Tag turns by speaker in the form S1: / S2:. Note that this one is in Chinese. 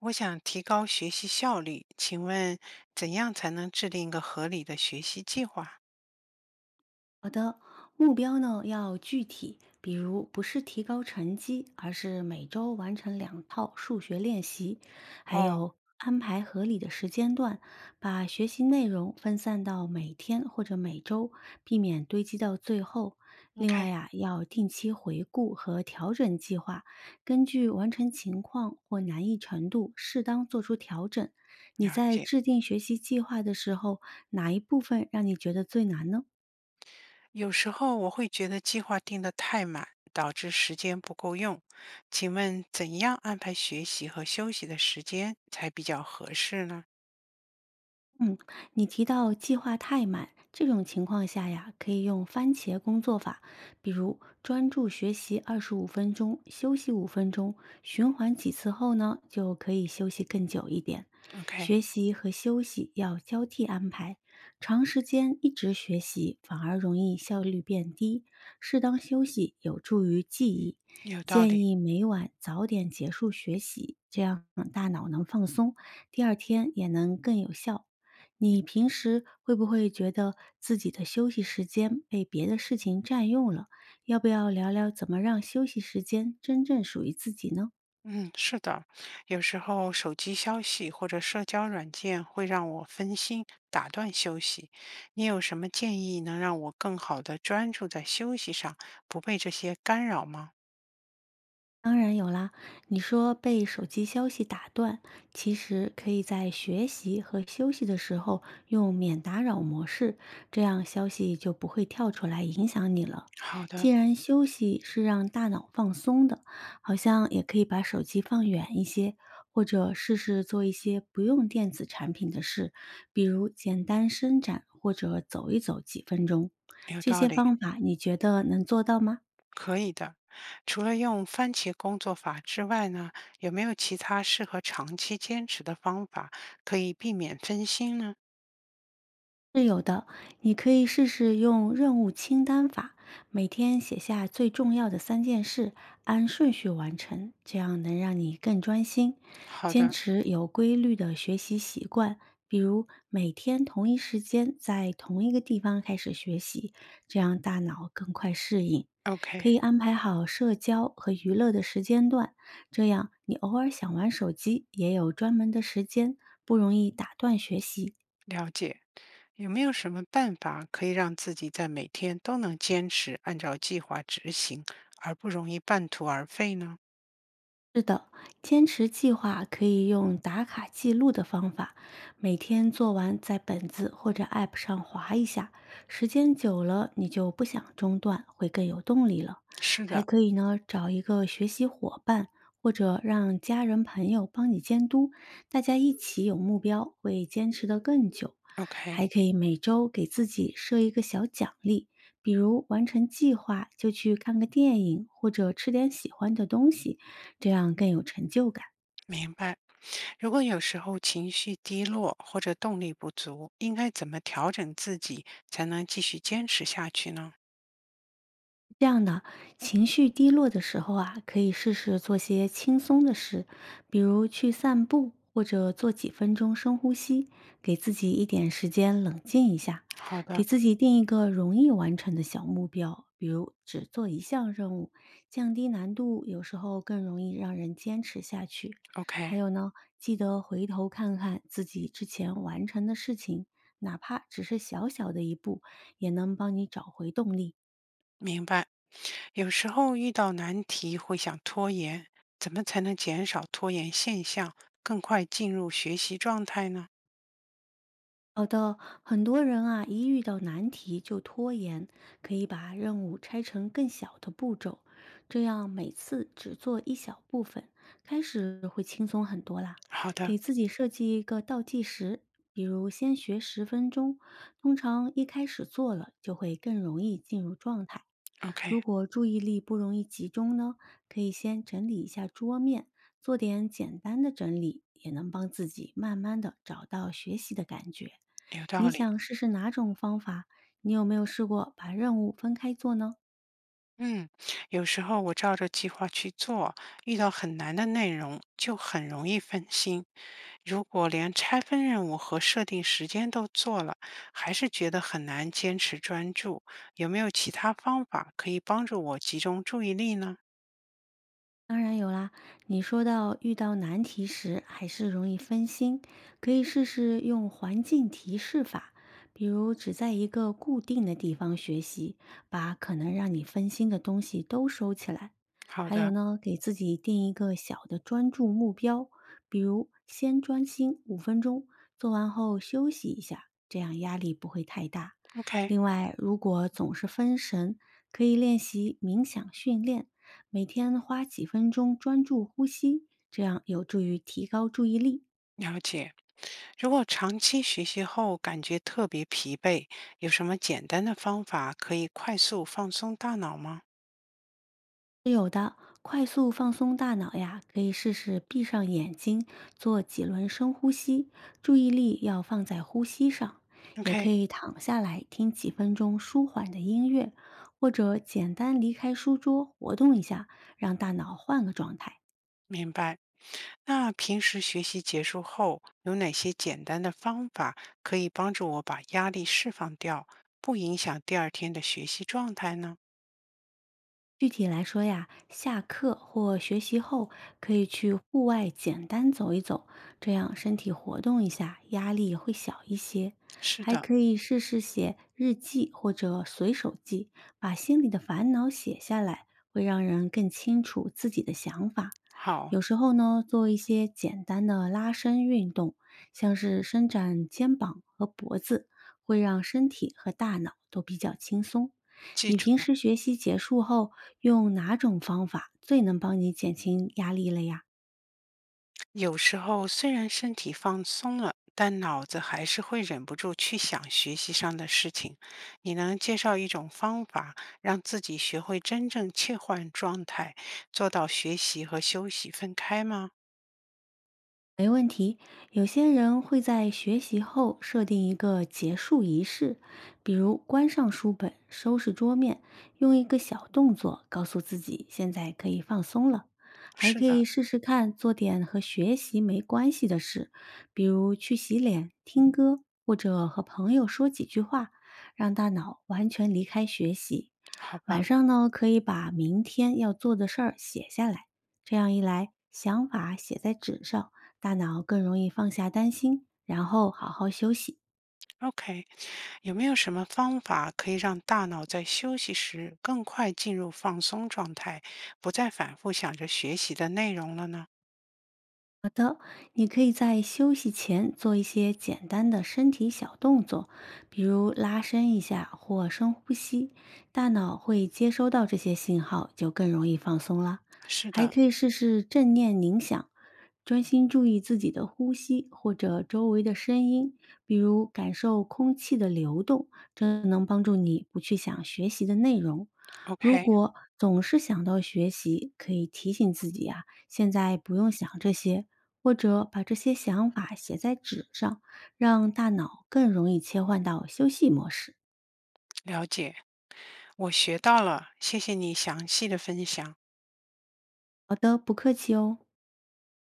S1: 我想提高学习效率，请问怎样才能制定一个合理的学习计划？
S2: 好的，目标呢要具体，比如不是提高成绩，而是每周完成两套数学练习，还
S1: 哦
S2: 有安排合理的时间段，把学习内容分散到每天或者每周，避免堆积到最后。另外
S1: ，OK，
S2: 呀、要定期回顾和调整计划，根据完成情况或难易程度适当做出调整。
S1: 了
S2: 你在
S1: 解。
S2: 制定学习计划的时候，哪一部分让你觉得最难呢？
S1: 有时候我会觉得计划定得太满，导致时间不够用。请问怎样安排学习和休息的时间才比较合适呢
S2: 嗯，你提到计划太满，这种情况下呀，可以用番茄工作法，比如专注学习25分钟，休息五分钟，循环几次后呢，就可以休息更久一点。
S1: ？OK，
S2: 学习和休息要交替安排，长时间一直学习反而容易效率变低，适当休息有助于记忆。
S1: 有道
S2: 建
S1: 理。
S2: 议每晚早点结束学习，这样大脑能放松，第二天也能更有效。你平时会不会觉得自己的休息时间被别的事情占用了？要不要聊聊怎么让休息时间真正属于自己呢？
S1: 嗯，是的，有时候手机消息或者社交软件会让我分心，打断休息。你有什么建议能让我更好的专注在休息上，不被这些干扰吗？
S2: 当然有啦，你说被手机消息打断，其实可以在学习和休息的时候用免打扰模式，这样消息就不会跳出来影响你了。
S1: 好
S2: 既
S1: 的，
S2: 然休息是让大脑放松的，好像也可以把手机放远一些，或者试试做一些不用电子产品的事，比如简单伸展或者走一走几分钟。
S1: 有
S2: 这
S1: 道
S2: 些
S1: 理，
S2: 方法你觉得能做到吗？
S1: 可以的。除了用番茄工作法之外呢，有没有其他适合长期坚持的方法可以避免分心呢？
S2: 是有的，你可以试试用任务清单法，每天写下最重要的三件事，按顺序完成，这样能让你更专心。
S1: 好
S2: 坚
S1: 的
S2: 持有规律的学习习惯，比如每天同一时间在同一个地方开始学习，这样大脑更快适应。可
S1: ，OK，
S2: 以安排好社交和娱乐的时间段，这样你偶尔想玩手机也有专门的时间，不容易打断学习。
S1: 了解。有没有什么办法可以让自己在每天都能坚持按照计划执行，而不容易半途而废呢？
S2: 是的，坚持计划可以用打卡记录的方法，每天做完在本子或者 App 上划一下，时间久了你就不想中断，会更有动力了。
S1: 是
S2: 还
S1: 的，
S2: 可以呢，找一个学习伙伴，或者让家人朋友帮你监督，大家一起有目标，会坚持得更久。还
S1: OK，
S2: 可以每周给自己设一个小奖励，比如完成计划就去看个电影，或者吃点喜欢的东西。这样更有成就感。
S1: 明白。如果有时候情绪低落或者动力不足，应该怎么调整自己才能继续坚持下去呢？
S2: 这样的情绪低落的时候啊，可以试试做些轻松的事，比如去散步或者做几分钟深呼吸，给自己一点时间冷静一下，
S1: 好
S2: 给
S1: 的
S2: 自己定一个容易完成的小目标，比如只做一项任务，降低难度，有时候更容易让人坚持下去。还
S1: ，OK，
S2: 有呢，记得回头看看自己之前完成的事情，哪怕只是小小的一步，也能帮你找回动力。
S1: 明白。有时候遇到难题会想拖延，怎么才能减少拖延现象，更快进入学习状态呢？
S2: 好的，很多人啊，一遇到难题就拖延，可以把任务拆成更小的步骤，这样每次只做一小部分，开始会轻松很多啦。
S1: 好的
S2: 给自己设计一个倒计时，比如先学10分钟，通常一开始做了就会更容易进入状态。如
S1: ，OK，
S2: 果注意力不容易集中呢，可以先整理一下桌面，做点简单的整理，也能帮自己慢慢的找到学习的感觉。
S1: 有道
S2: 你
S1: 理。
S2: 想试试哪种方法？你有没有试过把任务分开做呢？
S1: 嗯，有时候我照着计划去做，遇到很难的内容就很容易分心。如果连拆分任务和设定时间都做了，还是觉得很难坚持专注，有没有其他方法可以帮助我集中注意力呢？
S2: 当然有啦，你说到遇到难题时还是容易分心，可以试试用环境提示法，比如只在一个固定的地方学习，把可能让你分心的东西都收起来。
S1: 好
S2: 还有
S1: 的
S2: 呢，给自己定一个小的专注目标，比如先专心五分钟，做完后休息一下，这样压力不会太大。
S1: ，OK，
S2: 另外，如果总是分神，可以练习冥想训练。每天花几分钟专注呼吸，这样有助于提高注意力。
S1: 了解。如果长期学习后感觉特别疲惫，有什么简单的方法可以快速放松大脑吗
S2: 是有的，快速放松大脑呀，可以试试闭上眼睛，做几轮深呼吸，注意力要放在呼吸上。也可
S1: ？OK。
S2: 以躺下来听几分钟舒缓的音乐，或者简单离开书桌活动一下，让大脑换个状态。
S1: 明白。那平时学习结束后，有哪些简单的方法可以帮助我把压力释放掉，不影响第二天的学习状态呢？
S2: 具体来说呀，下课或学习后可以去户外简单走一走，这样身体活动一下，压力会小一些。
S1: 是
S2: 还
S1: 的，
S2: 可以试试写日记或者随手记，把心里的烦恼写下来，会让人更清楚自己的想法。
S1: 好，
S2: 有时候呢，做一些简单的拉伸运动，像是伸展肩膀和脖子，会让身体和大脑都比较轻松。
S1: 记
S2: 你
S1: 住
S2: 平
S1: 了。
S2: 时学习结束后，用哪种方法最能帮你减轻压力了呀？
S1: 有时候虽然身体放松了，但脑子还是会忍不住去想学习上的事情。你能介绍一种方法，让自己学会真正切换状态，做到学习和休息分开吗？
S2: 有些人会在学习后设定一个结束仪式，比如关上书本、收拾桌面，用一个小动作告诉自己现在可以放松了。还
S1: 是
S2: 可
S1: 的，
S2: 以试试看做点和学习没关系的事，比如去洗脸、听歌，或者和朋友说几句话，让大脑完全离开学习。
S1: 好
S2: 晚
S1: 吧。
S2: 上呢，可以把明天要做的事儿写下来，这样一来，想法写在纸上。大脑更容易放下担心，然后好好休息。
S1: OK，有没有什么方法可以让大脑在休息时更快进入放松状态，不再反复想着学习的内容了呢？
S2: 你可以在休息前做一些简单的身体小动作，比如拉伸一下或深呼吸，大脑会接收到这些信号，就更容易放松了。
S1: 是
S2: 还
S1: 的
S2: 可以试试正念冥想，专心注意自己的呼吸或者周围的声音，比如感受空气的流动，这能帮助你不去想学习的内容。如
S1: ，OK，
S2: 果总是想到学习，可以提醒自己啊，现在不用想这些，或者把这些想法写在纸上，让大脑更容易切换到休息模式。
S1: 了解，我学到了，谢谢你详细的分享。
S2: 好的，不客气哦。